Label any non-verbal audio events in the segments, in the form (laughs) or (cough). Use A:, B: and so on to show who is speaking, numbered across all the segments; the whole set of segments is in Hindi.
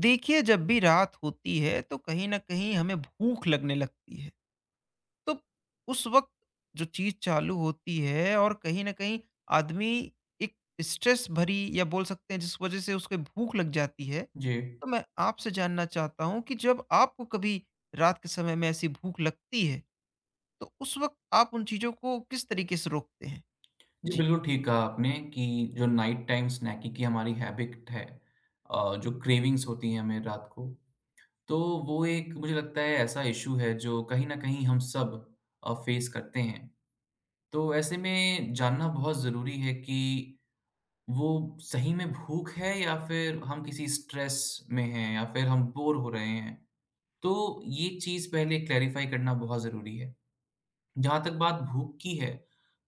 A: देखिए, जब भी रात होती है तो कहीं ना कहीं हमें भूख लगने लगती है। तो उस वक्त जो चीज चालू होती है, और कहीं ना कहीं आदमी एक स्ट्रेस भरी या बोल सकते हैं जिस वजह से उसके भूख लग जाती है।
B: जी।
A: तो मैं आपसे जानना चाहता हूँ कि जब आपको कभी रात के समय में ऐसी भूख लगती है, तो उस वक्त आप उन चीजों को किस तरीके से रोकते हैं।
B: जी,
A: जी।
B: बिल्कुल ठीक कहा आपने कि जो नाइट टाइम स्नैकिंग की हमारी हैबिट है, जो क्रेविंग्स होती हैं हमें रात को, तो वो एक मुझे लगता है ऐसा इश्यू है जो कहीं न कहीं हम सब फेस करते हैं। तो ऐसे में जानना बहुत ज़रूरी है कि वो सही में भूख है या फिर हम किसी स्ट्रेस में हैं या फिर हम बोर हो रहे हैं। तो ये चीज़ पहले क्लैरिफ़ाई करना बहुत ज़रूरी है। जहाँ तक बात भूख की है,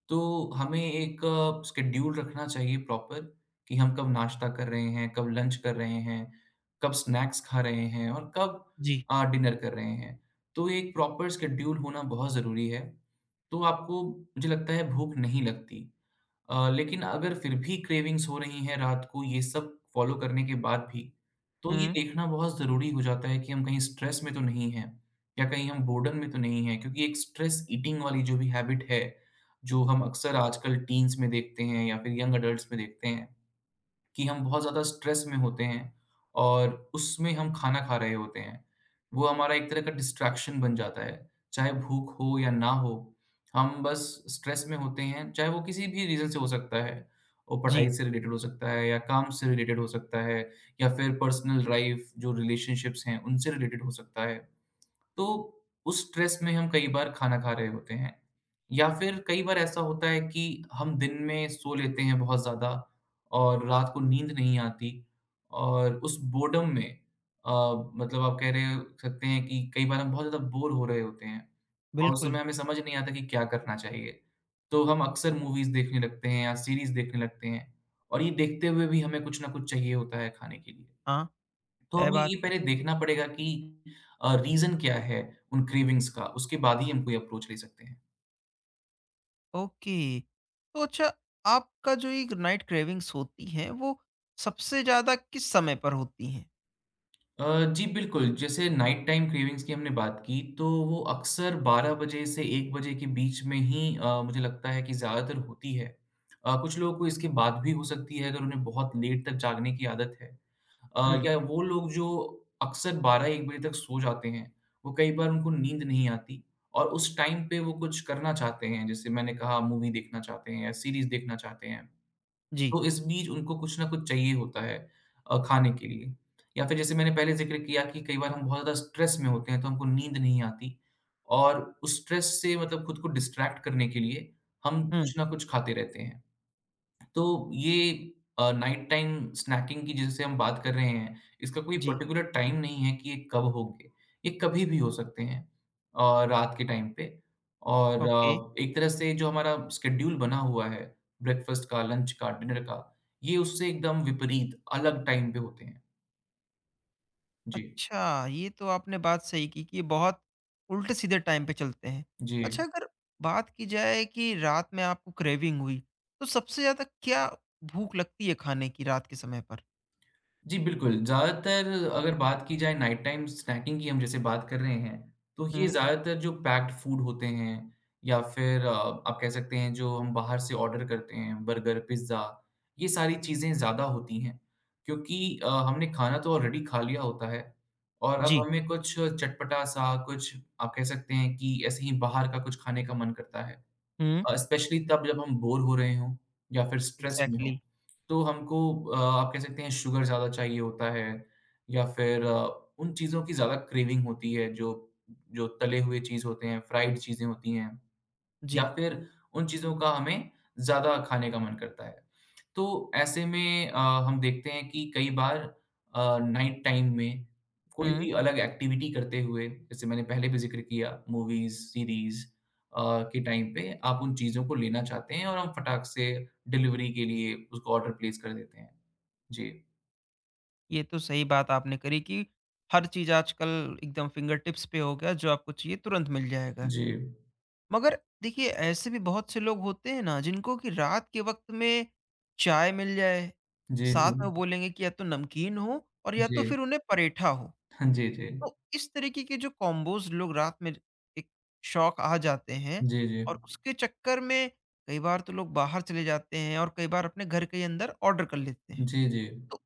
B: तो हमें एक शेड्यूल रखना चाहिए प्रॉपर, कि हम कब नाश्ता कर रहे हैं, कब लंच कर रहे हैं, कब स्नैक्स खा रहे हैं और कब
A: जी।
B: डिनर कर रहे हैं। तो एक प्रॉपर शेड्यूल होना बहुत ज़रूरी है। तो आपको मुझे लगता है भूख नहीं लगती। लेकिन अगर फिर भी क्रेविंग्स हो रही हैं रात को ये सब फ़ॉलो करने के बाद भी, तो ये
A: हम्म।
B: देखना बहुत ज़रूरी हो जाता है कि हम कहीं स्ट्रेस में तो नहीं हैं, या कहीं हम बोर्डन में तो नहीं हैं, क्योंकि एक स्ट्रेस ईटिंग वाली जो भी हैबिट है, जो हम अक्सर आजकल टीन्स में देखते हैं या फिर यंग एडल्ट्स में देखते हैं। कि हम बहुत ज़्यादा स्ट्रेस में होते हैं और उसमें हम खाना खा रहे होते हैं। वो हमारा एक तरह का डिस्ट्रैक्शन बन जाता है, चाहे भूख हो या ना हो, हम बस स्ट्रेस में होते हैं, चाहे वो किसी भी रीज़न से हो सकता है। वो पढ़ाई
A: जी।
B: से रिलेटेड हो सकता है या काम से रिलेटेड हो सकता है, या फिर पर्सनल लाइफ़ जो रिलेशनशिप्स हैं, उनसे रिलेटेड हो सकता है। तो उस स्ट्रेस में हम कई बार खाना खा रहे होते हैं, या फिर कई बार ऐसा होता है कि हम दिन में सो लेते हैं बहुत ज़्यादा और रात को नींद नहीं आती, और उस बोर्डम में, अ, मतलब आप कह रहे हो सकते हैं कि कई बार हम बहुत ज़्यादा बोर हो रहे होते हैं और उस
A: बिल्कुल।
B: समय हमें समझ नहीं आता कि क्या करना चाहिए। तो हम अक्सर मूवीज़ देखने लगते हैं या सीरीज़ देखने लगते हैं, और ये देखते हुए भी हमें कुछ ना कुछ चाहिए होता है खाने के लिए।
A: हाँ।
B: तो
A: तय
B: हमें
A: बात।
B: ये पहले देखना पड़ेगा कि रीज़न क्या है उन क्रेविंग्स का, उसके बाद ही हम कोई अप्रोच ले सकते हैं।
A: ओके। तो अच्छा, आपका जो ये नाइट क्रेविंग्स होती हैं वो सबसे ज़्यादा किस समय पर होती हैं?
B: अ, जी बिल्कुल, जैसे नाइट टाइम क्रेविंग्स की हमने बात की, तो वो अक्सर 12 बजे से 1 बजे के बीच में ही, मुझे लगता है कि ज़्यादातर होती है। कुछ लोगों को इसके बाद भी हो सकती है, अगर उन्हें बहुत लेट तक जागने की आदत है।
A: हुँ,
B: या वो लोग जो अक्सर 12-1 बजे तक सो जाते हैं, वो कई बार उनको नींद नहीं आती, और उस टाइम पे वो कुछ करना चाहते हैं, जैसे मैंने कहा, मूवी देखना चाहते हैं या सीरीज़ देखना चाहते हैं।
A: जी।
B: तो इस बीच उनको कुछ ना कुछ चाहिए होता है, खाने के लिए। या फिर जैसे मैंने पहले ज़िक्र किया कि कई बार हम बहुत ज़्यादा स्ट्रेस में होते हैं, तो हमको नींद नहीं आती, और उस स्ट्रेस से मतलब खुद को डिस्ट्रैक्ट करने के लिए हम
A: हुँ,
B: कुछ ना कुछ खाते रहते हैं। तो ये नाइट टाइम स्नैकिंग की जैसे हम बात कर रहे हैं, इसका कोई
A: जी।
B: पर्टिकुलर टाइम नहीं है कि ये कब होंगे, ये कभी भी हो सकते हैं, रात के टाइम पे, और
A: ओके।
B: एक तरह से जो हमारा शेड्यूल बना हुआ है, ब्रेकफ़ास्ट का, लंच का, डिनर का, ये उससे एकदम विपरीत अलग टाइम पे होते हैं। जी,
A: अच्छा, ये तो आपने बात सही की कि ये बहुत उल्टे-सीधे टाइम पे चलते हैं। अच्छा,
B: जी।
A: अगर बात की जाए कि रात में आपको क्रेविंग हुई, तो सबसे ज़्यादा क्या भूख लगती है खाने की रात के समय पर?
B: जी, बिल्कुल। ज़्यादातर, अगर बात की जाए नाइट टाइम स्नैकिंग की, हम जैसे बात कर रहे हैं, तो ये
A: हुँ,
B: ज़्यादातर जो पैक्ड फूड होते हैं, या फिर आप कह सकते हैं जो हम बाहर से ऑर्डर करते हैं, बर्गर, पिज़्ज़ा, ये सारी चीज़ें ज़्यादा होती हैं। क्योंकि हमने खाना तो ऑलरेडी खा लिया होता है, और अब
A: जी।
B: हमें कुछ चटपटा-सा कुछ, आप कह सकते हैं कि ऐसे ही बाहर का कुछ खाने का मन करता है।
A: हुँ,
B: स्पेशली तब, जब हम बोर हो रहे हों या फिर स्ट्रेस में हों,
A: एग्ज़ैक्टली।
B: तो हमको, आप कह सकते हैं, शुगर ज़्यादा चाहिए होता है, या फिर उन चीज़ों की ज़्यादा क्रेविंग होती है जो जो तले हुए चीज़ होते हैं, फ्राइड चीज़ें होती हैं। या
A: जी।
B: फिर उन चीज़ों का हमें ज़्यादा खाने का मन करता है। तो ऐसे में हम देखते हैं कि कई बार नाइट टाइम में कोई
A: हुँ।
B: भी अलग एक्टिविटी करते हुए, जैसे मैंने पहले भी ज़िक्र किया, मूवीज़, सीरीज़ के टाइम पे आप उन चीज़ों को लेना चाहते हैं, और हम फटाक से डिलिवरी के लिए उसको ऑर्डर प्लेस कर देते हैं। जी।
A: ये तो सही बात आपने करी कि हर चीज़ आजकल एकदम फिंगर टिप्स पे हो गया, जो आपको चाहिए तुरंत मिल जाएगा।
B: जी।
A: मगर देखिए, ऐसे भी बहुत से लोग होते हैं ना जिनको कि रात के वक़्त में चाय मिल जाए,
B: जी,
A: साथ
B: जी।
A: में वो बोलेंगे कि या तो नमकीन हो और या तो
B: जी।
A: फिर
B: (laughs)
A: उन्हें परेठा हो।
B: हाँ, जी, जी।
A: तो इस तरीके के जो कॉम्बोज़ लोग रात में एक शौक आ जाते हैं,
B: जी, जी।
A: और उसके चक्कर में कई बार तो लोग बाहर चले जाते हैं और कई बार अपने घर के ही अंदर ऑर्डर कर लेते हैं।
B: जी, जी।
A: तो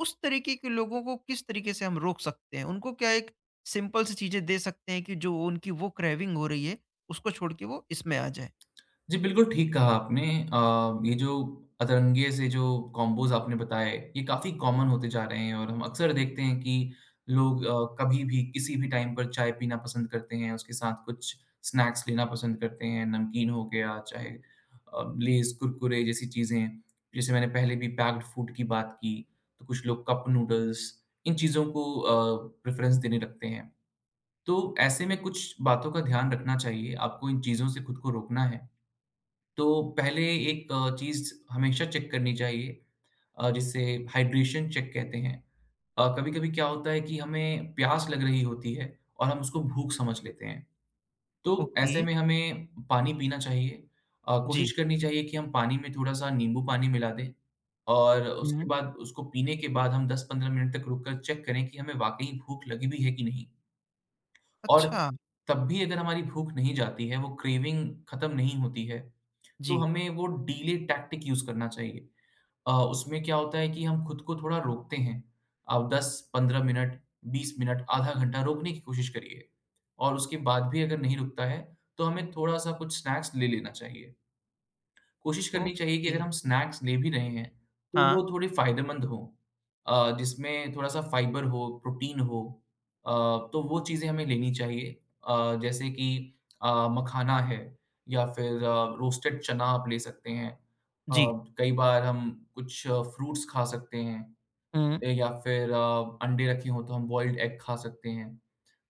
A: उस तरीके के लोगों को किस तरीके से हम रोक सकते हैं? उनको क्या एक सिंपल सी चीज़ें दे सकते हैं कि जो उनकी वो क्रेविंग हो रही है, उसको छोड़ के वो इसमें आ जाएँ?
B: जी, बिल्कुल ठीक कहा आपने। ये जो अतरंगिए से जो कॉम्बोज़ आपने बताए, ये काफ़ी कॉमन होते जा रहे हैं, और हम अक्सर देखते हैं कि लोग कभी भी, किसी भी टाइम पर चाय पीना पसंद करते हैं, उसके साथ कुछ स्नैक्स लेना पसंद करते हैं, नमकीन हो गया, चाहे लेज़, कुरकुरे जैसी चीज़ें। जैसे मैंने पहले भी पैक्ड फूड की बात की, तो कुछ लोग कप नूडल्स, इन चीज़ों को प्रेफ़रेंस देने लगते हैं। तो ऐसे में कुछ बातों का ध्यान रखना चाहिए, आपको इन चीज़ों से खुद को रोकना है। तो पहले एक चीज़ हमेशा चेक करनी चाहिए, जिसे हाइड्रेशन चेक कहते हैं। कभी-कभी क्या होता है कि हमें प्यास लग रही होती है, और हम उसको भूख समझ लेते हैं। तो
A: ओके,
B: ऐसे में हमें पानी पीना चाहिए। कोशिश
A: जी।
B: करनी चाहिए कि हम पानी में थोड़ा-सा नींबू पानी मिला दें, और उसके
A: हुँ।
B: बाद उसको पीने के बाद हम 10-15 मिनट तक रुक कर चेक करें कि हमें वाक़ई भूख लगी भी है कि नहीं। और
A: अच्छा,
B: तब भी अगर हमारी भूख नहीं जाती है, वो क्रेविंग ख़त्म नहीं होती है, तो
A: जी।
B: हमें वो डिले टैक्टिक यूज़ करना चाहिए। उसमें क्या होता है कि हम खुद को थोड़ा रोकते हैं। आप 10-15 मिनट, 20 मिनट, आधा घंटा रोकने की कोशिश करिए, और उसके बाद भी अगर नहीं रुकता है, तो हमें थोड़ा-सा कुछ स्नैक्स ले लेना चाहिए। कोशिश करनी चाहिए कि
A: ओके,
B: अगर हम स्नैक्स ले भी रहे हैं, तो
A: हाँ,
B: वो थोड़े फ़ायदेमंद हों। जिसमें थोड़ा-सा फ़ाइबर हो, प्रोटीन हो, अ, तो वो चीज़ें हमें लेनी चाहिए। जैसे कि मखाना है, या फिर रोस्टेड चना आप ले सकते हैं। अ,
A: जी।
B: कई बार हम कुछ फ्रूट्स खा सकते हैं,
A: हुँ,
B: या फिर अंडे रखे हों तो हम बॉइल्ड एग खा सकते हैं।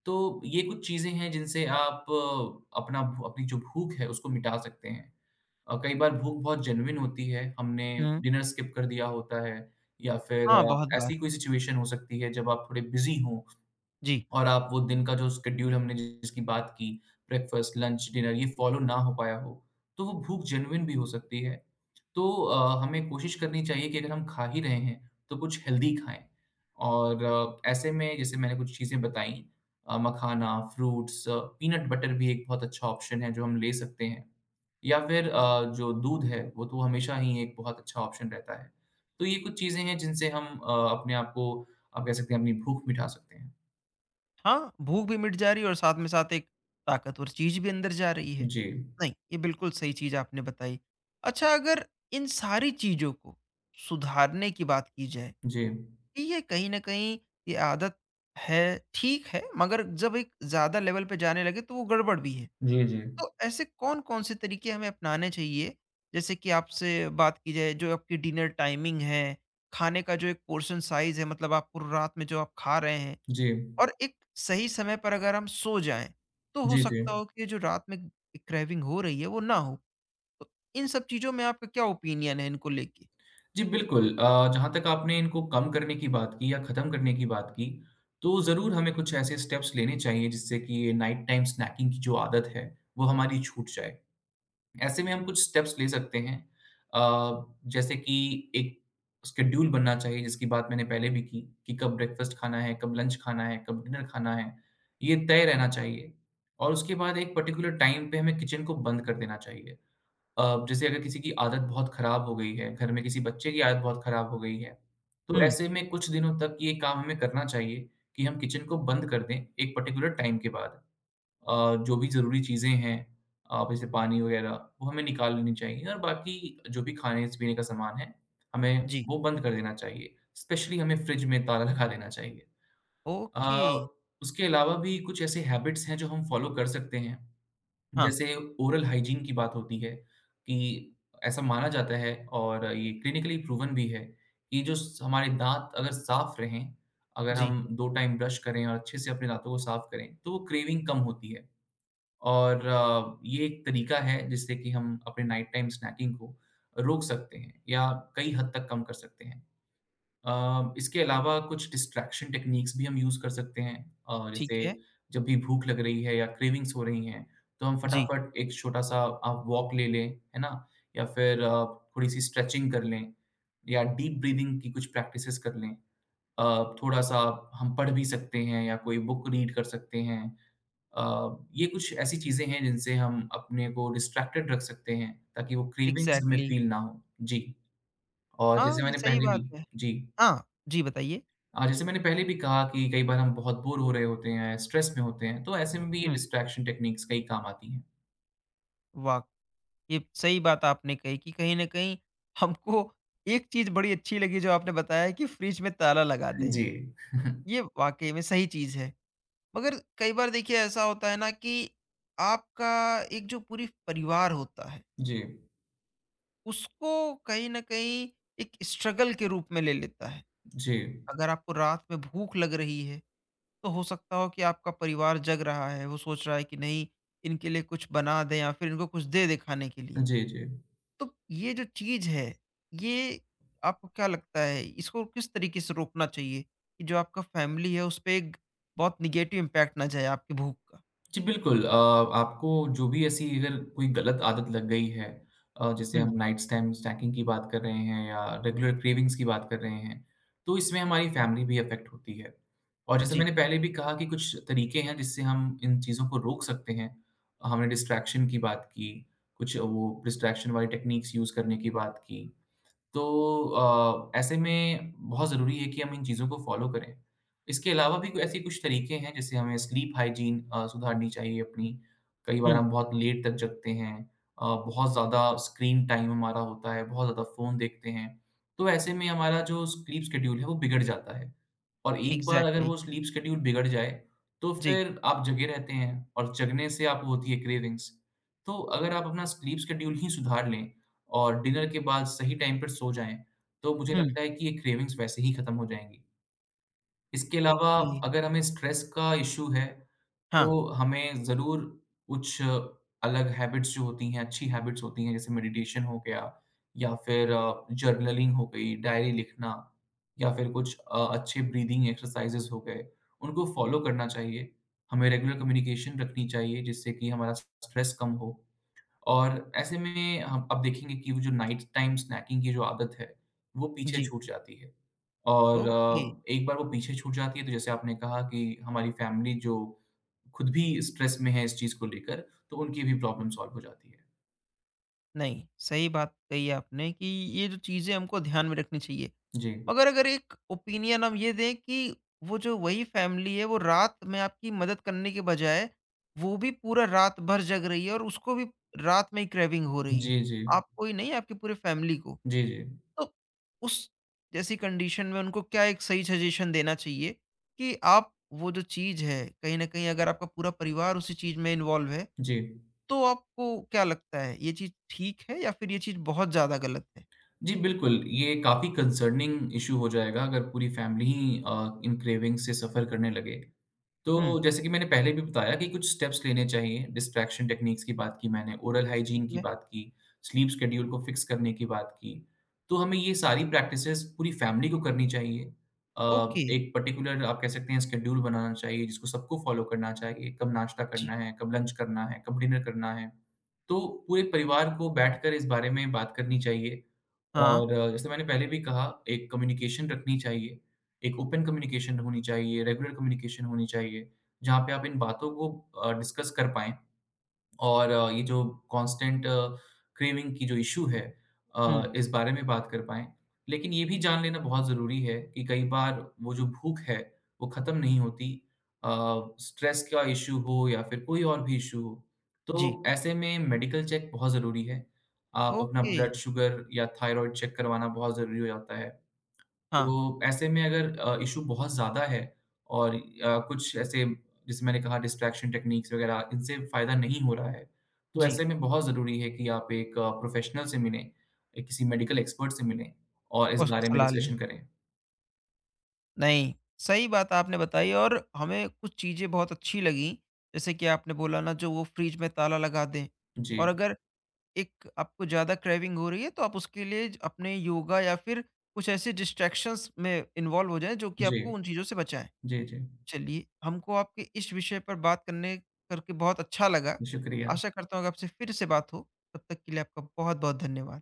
B: तो ये कुछ चीज़ें हैं जिनसे आप अपना अपनी जो भूख है उसको मिटा सकते हैं। कई बार भूख बहुत जेन्युइन होती है, हमने
A: हुँ।
B: डिनर स्किप कर दिया होता है, या फिर
A: हाँ, बहुत बार।
B: ऐसी कोई सिचुएशन हो सकती है जब आप थोड़े बिज़ी हों,
A: जी।
B: और आप वो दिन का जो शेड्यूल हमने जिसकी बात की, ब्रेकफ़ास्ट, लंच, डिनर, ये फ़ॉलो ना हो पाया हो, तो वो भूख जेनुइन भी हो सकती है। तो हमें कोशिश करनी चाहिए कि अगर हम खा ही रहे हैं, तो कुछ हेल्दी खाएँ, और ऐसे में जैसे मैंने कुछ चीज़ें बताई, मखाना, फ्रूट्स, पीनट बटर भी एक बहुत अच्छा ऑप्शन है जो हम ले सकते हैं। या फिर जो दूध है वो तो हमेशा ही एक बहुत अच्छा ऑप्शन रहता है। तो ये कुछ चीज़ें हैं जिनसे हम अपने आप को, आप कह सकते हैं, अपनी भूख मिटा सकते हैं।
A: हाँ, भूख भी मिट जा रही है और साथ में साथ एक ताकतवर चीज़ भी अंदर जा रही है।
B: जी,
A: नहीं, ये बिल्कुल सही चीज़ आपने बताई। अच्छा, अगर इन सारी चीज़ों को सुधारने की बात की जाए
B: जी।
A: कि ये कहीं न कहीं ये आदत है, ठीक है, मगर जब एक ज़्यादा लेवल पे जाने लगे तो वो गड़बड़ भी है।
B: जी, जी।
A: तो ऐसे कौन-कौन से तरीके हमें अपनाने चाहिए? जैसे कि आपसे बात की जाए, जो आपकी डिनर टाइमिंग है, खाने का जो एक पोर्शन साइज़ है, मतलब आप पूरी रात में जो आप खा रहे हैं,
B: जी।
A: और एक सही समय पर अगर हम सो जाएँ, तो हो
B: जी, जी।
A: सकता हो कि ये जो रात में क्रेविंग हो रही है वो ना हो। तो इन सब चीज़ों में आपका क्या ओपिनियन है इनको लेके?
B: जी, बिल्कुल। जहाँ तक आपने इनको कम करने की बात की या ख़त्म करने की बात की, तो ज़रूर हमें कुछ ऐसे स्टेप्स लेने चाहिए जिससे कि ये नाइट टाइम स्नैकिंग की जो आदत है, वो हमारी छूट जाए। ऐसे में हम कुछ स्टेप्स ले सकते हैं, अ, जैसे कि एक शेड्यूल बनना चाहिए, जिसकी बात मैंने पहले भी की, कि कब ब्रेकफ़ास्ट खाना है, कब लंच खाना है, कब डिनर खाना है, ये तय रहना चाहिए, और उसके बाद एक पर्टिकुलर टाइम पे हमें किचन को बंद कर देना चाहिए। जैसे अगर किसी की आदत बहुत खराब हो गई है, घर में किसी बच्चे की आदत बहुत खराब हो गई है, तो
A: हुँ,
B: ऐसे में कुछ दिनों तक ये काम हमें करना चाहिए, कि हम किचन को बंद कर दें एक पर्टिकुलर टाइम के बाद। जो भी ज़रूरी चीज़ें हैं, जैसे पानी वगैरह, वो हमें निकाल लेनी चाहिए, और बाकी जो भी खाने-पीने का सामान है, हमें
A: जी।
B: वो बंद कर देना चाहिए। स्पेशली हमें फ्रिज में ताला लगा देना चाहिए।
A: ओके।
B: अ, उसके अलावा भी कुछ ऐसे हैबिट्स हैं जो हम फ़ॉलो कर सकते हैं।
A: हाँ,
B: जैसे ओरल हाइजीन की बात होती है कि ऐसा माना जाता है, और ये क्लिनिकली प्रूवन भी है कि जो हमारे दांत अगर साफ रहें, अगर
A: जी,
B: हम दो टाइम ब्रश करें और अच्छे से अपने दांतों को साफ करें, तो वो क्रेविंग कम होती है। और ये एक तरीका है जिससे कि हम अपने नाइट टाइम स्नैकिंग को रोक सकते हैं या कई हद तक कम कर सकते हैं। इसके अलावा कुछ डिस्ट्रैक्शन टेक्नीक्स भी हम यूज़ कर सकते हैं,
A: ठीक
B: जैसे
A: है।
B: जब भी भूख लग रही है या क्रेविंग्स हो रही हैं, तो हम
A: जी,
B: फटाफट एक छोटा-सा आप वॉक ले लें, है ना? या फिर थोड़ी-सी स्ट्रेचिंग कर लें या डीप ब्रीथिंग की कुछ प्रैक्टिसेस कर लें। अ, थोड़ा-सा हम पढ़ भी सकते हैं या कोई बुक रीड कर सकते हैं। अ, ये कुछ ऐसी चीज़ें हैं जिनसे हम अपने को डिस्ट्रैक्टेड रख सकते हैं, ताकि वो क्रेविंग्स हमें
A: एग्ज़ैक्टली।
B: फ़ील ना हो। जी, और
A: हाँ,
B: जैसे
A: ये
B: मैंने
A: सही
B: पहले
A: बात
B: भी।
A: है।
B: जी।
A: हाँ, जी, बताइए?
B: जैसे मैंने पहले भी कहा कि कई बार हम बहुत बोर हो रहे होते हैं, स्ट्रेस में होते हैं, तो ऐसे में भी ये
A: हुँ।
B: डिस्ट्रैक्शन टेक्निक्स कई काम आती हैं।
A: वाह! ये सही बात आपने कही कि कहीं न कहीं हमको एक चीज़ बड़ी अच्छी लगी जो आपने बताया कि फ्रिज में ताला लगा दें।
B: जी। (laughs)
A: ये वाक़ई में सही चीज़ है। मगर कई बार देखिए ऐसा होता है ना कि आपका एक जो पूरी परिवार होता है,
B: जी,
A: उसको कहीं न कहीं एक स्ट्रगल के रूप में ले लेता है।
B: जी।
A: अगर आपको रात में भूख लग रही है, तो हो सकता हो कि आपका परिवार जग रहा है, वो सोच रहा है कि नहीं, इनके लिए कुछ बना दें या फिर इनको कुछ दे दें खाने के लिए।
B: जी, जी।
A: तो ये जो चीज़ है, ये आपको क्या लगता है इसको किस तरीके से रोकना चाहिए कि जो आपका फैमिली है उस पे एक बहुत नेगेटिव इम्पैक्ट ना जाए आपकी भूख का?
B: जी, बिल्कुल। आपको जो भी ऐसी अगर कोई गलत आदत लग गई है, जैसे
A: हुँ,
B: हम नाइट स्टैम स्नैकिंग की बात कर रहे हैं या रेगुलर क्रेविंग्स की बात कर रहे हैं, तो इसमें हमारी फ़ैमिली भी अफ़ेक्ट होती है। और जैसे
A: जी,
B: मैंने पहले भी कहा कि कुछ तरीके हैं जिससे हम इन चीज़ों को रोक सकते हैं। हमने डिस्ट्रैक्शन की बात की, कुछ वो डिस्ट्रैक्शन वाली टेक्नीक्स यूज़ करने की बात की। तो ऐसे में बहुत ज़रूरी है कि हम इन चीज़ों को फ़ॉलो करें। इसके अलावा भी कोई ऐसे कुछ तरीके हैं जैसे हमें स्लीप हाइजीन सुधारनी चाहिए अपनी। कई बार
A: हुँ,
B: हम बहुत लेट तक जगते हैं, बहुत ज़्यादा स्क्रीन टाइम हमारा होता है, बहुत ज़्यादा फ़ोन देखते हैं, तो ऐसे में हमारा जो स्लीप शेड्यूल है वो बिगड़ जाता है। और एक बार अगर
A: एग्ज़ैक्टली,
B: वो स्लीप शेड्यूल बिगड़ जाए, तो
A: जी,
B: फिर आप जगे रहते हैं और जगने से आपको होती है क्रेविंग्स। तो अगर आप अपना स्लीप शेड्यूल ही सुधार लें और डिनर के बाद सही टाइम पर सो जाएँ, तो मुझे
A: हुँ,
B: लगता है कि ये क्रेविंग्स वैसे ही खत्म हो जाएँगी। इसके अलावा
A: ओके,
B: अगर हमें स्ट्रेस का इश्यू है
A: हाँ,
B: तो हमें ज़रूर कुछ अलग हैबिट्स जो होती हैं, अच्छी हैबिट्स होती हैं, जैसे मेडिटेशन हो गया या फिर जर्नलिंग हो गई, डायरी लिखना या फिर कुछ अच्छे ब्रीदिंग एक्सरसाइज़ेस हो गए, उनको फ़ॉलो करना चाहिए। हमें रेगुलर कम्युनिकेशन रखनी चाहिए जिससे कि हमारा स्ट्रेस कम हो। और ऐसे में हम अब देखेंगे कि वो जो नाइट टाइम स्नैकिंग की जो आदत है, वो पीछे
A: जी,
B: छूट जाती है। और
A: ओके।
B: एक बार वो पीछे छूट जाती है तो जैसे आपने कहा कि हमारी फैमिली जो खुद भी स्ट्रेस में है इस चीज़ को लेकर, तो उनकी भी प्रॉब्लम सॉल्व हो जाती है।
A: नहीं, सही बात कही आपने कि ये जो चीज़ें हमको ध्यान में रखनी चाहिए।
B: जी।
A: मगर अगर एक ओपिनियन हम ये दें कि वो जो वही फैमिली है वो रात में आपकी मदद करने के बजाय वो भी पूरा रात भर जग रही है और उसको भी रात में ही क्रेविंग हो रही है,
B: जी, जी।
A: आपको ही नहीं आपकी पूरी फैमिली को,
B: जी, जी।
A: तो उस जैसी कंडीशन में उनको क्या एक सही सजेशन देना चाहिए कि आप वो जो चीज है कहीं ना कहीं अगर आपका पूरा परिवार उसी चीज में इन्वॉल्व है,
B: जी।
A: तो आपको क्या लगता है ये चीज ठीक है या फिर ये चीज बहुत ज्यादा गलत है?
B: जी, बिल्कुल, ये काफ़ी कंसर्निंग इश्यू हो जाएगा अगर पूरी फैमिली ही इन क्रेविंग से सफ़र करने लगे।
A: हम्म,
B: तो जैसे कि मैंने पहले भी बताया कि कुछ स्टेप्स लेने चाहिए, डिस्ट्रैक्शन टेक्निक्स की बात की मैंने, ओरल
A: ठीक
B: हाइजीन की
A: है।
B: बात की, स्लीप शेड्यूल को फिक्स करने की बात की। तो हमें ये सारी प्रैक्टिसेज़ पूरी फैमिली को करनी चाहिए। अ,
A: ओके।
B: एक पर्टिकुलर आप कह सकते हैं शेड्यूल बनाना चाहिए जिसको सबको फ़ॉलो करना चाहिए, कब नाश्ता
A: जी।
B: करना है, कब लंच करना है, कब डिनर करना है। तो पूरे परिवार को बैठकर इस बारे में बात करनी चाहिए
A: हाँ,
B: और जैसे मैंने पहले भी कहा, एक कम्युनिकेशन रखनी चाहिए, एक ओपन कम्युनिकेशन होनी चाहिए, रेगुलर कम्युनिकेशन होनी चाहिए, जहाँ पे आप इन बातों को डिस्कस कर पाएँ और ये जो कांस्टेंट क्रेविंग की जो इश्यू है, इस बारे में बात कर पाएँ। लेकिन ये भी जान लेना बहुत ज़रूरी है कि कई बार वो जो भूख है, वो ख़त्म नहीं होती। अ, स्ट्रेस का इश्यू हो या फिर कोई और भी इश्यू हो,
A: जी,
B: तो ऐसे में मेडिकल चेक बहुत ज़रूरी है। आप अपना
A: ओके।
B: ब्लड शुगर या थायरॉइड चेक करवाना बहुत ज़रूरी हो जाता है।
A: हाँ,
B: तो ऐसे में अगर इश्यू बहुत ज़्यादा है और कुछ ऐसे जैसे मैंने कहा डिस्ट्रैक्शन टेक्निक्स वगैरह इनसे फ़ायदा नहीं हो रहा है, तो
A: जी,
B: ऐसे में बहुत ज़रूरी है कि आप एक प्रोफ़ेशनल से मिलें, एक किसी मेडिकल एक्सपर्ट से मिलें और इस
A: और उसकी
B: बारे में
A: सलाह लें।
B: डिस्कशन करें।
A: नहीं, सही बात आपने बताई और हमें कुछ चीज़ें बहुत अच्छी लगीं, जैसे कि आपने बोला ना जो वो फ्रिज में ताला लगा दें, और
B: जी,
A: अगर एक आपको ज़्यादा क्रेविंग हो रही है तो आप उसके लिए ज अपने योगा या फिर कुछ ऐसे डिस्ट्रैक्शंस में इन्वॉल्व हो जाएँ जो कि
B: जी।
A: आपको उन चीज़ों से बचाएँ।
B: जी, जी।
A: चलिए, हमको आपके इस विषय पर बात करने करके बहुत अच्छा लगा।
B: शुक्रिया।
A: आशा करता हूँ कि आपसे फिर से बात हो। तब तक के लिए आपका बहुत-बहुत धन्यवाद।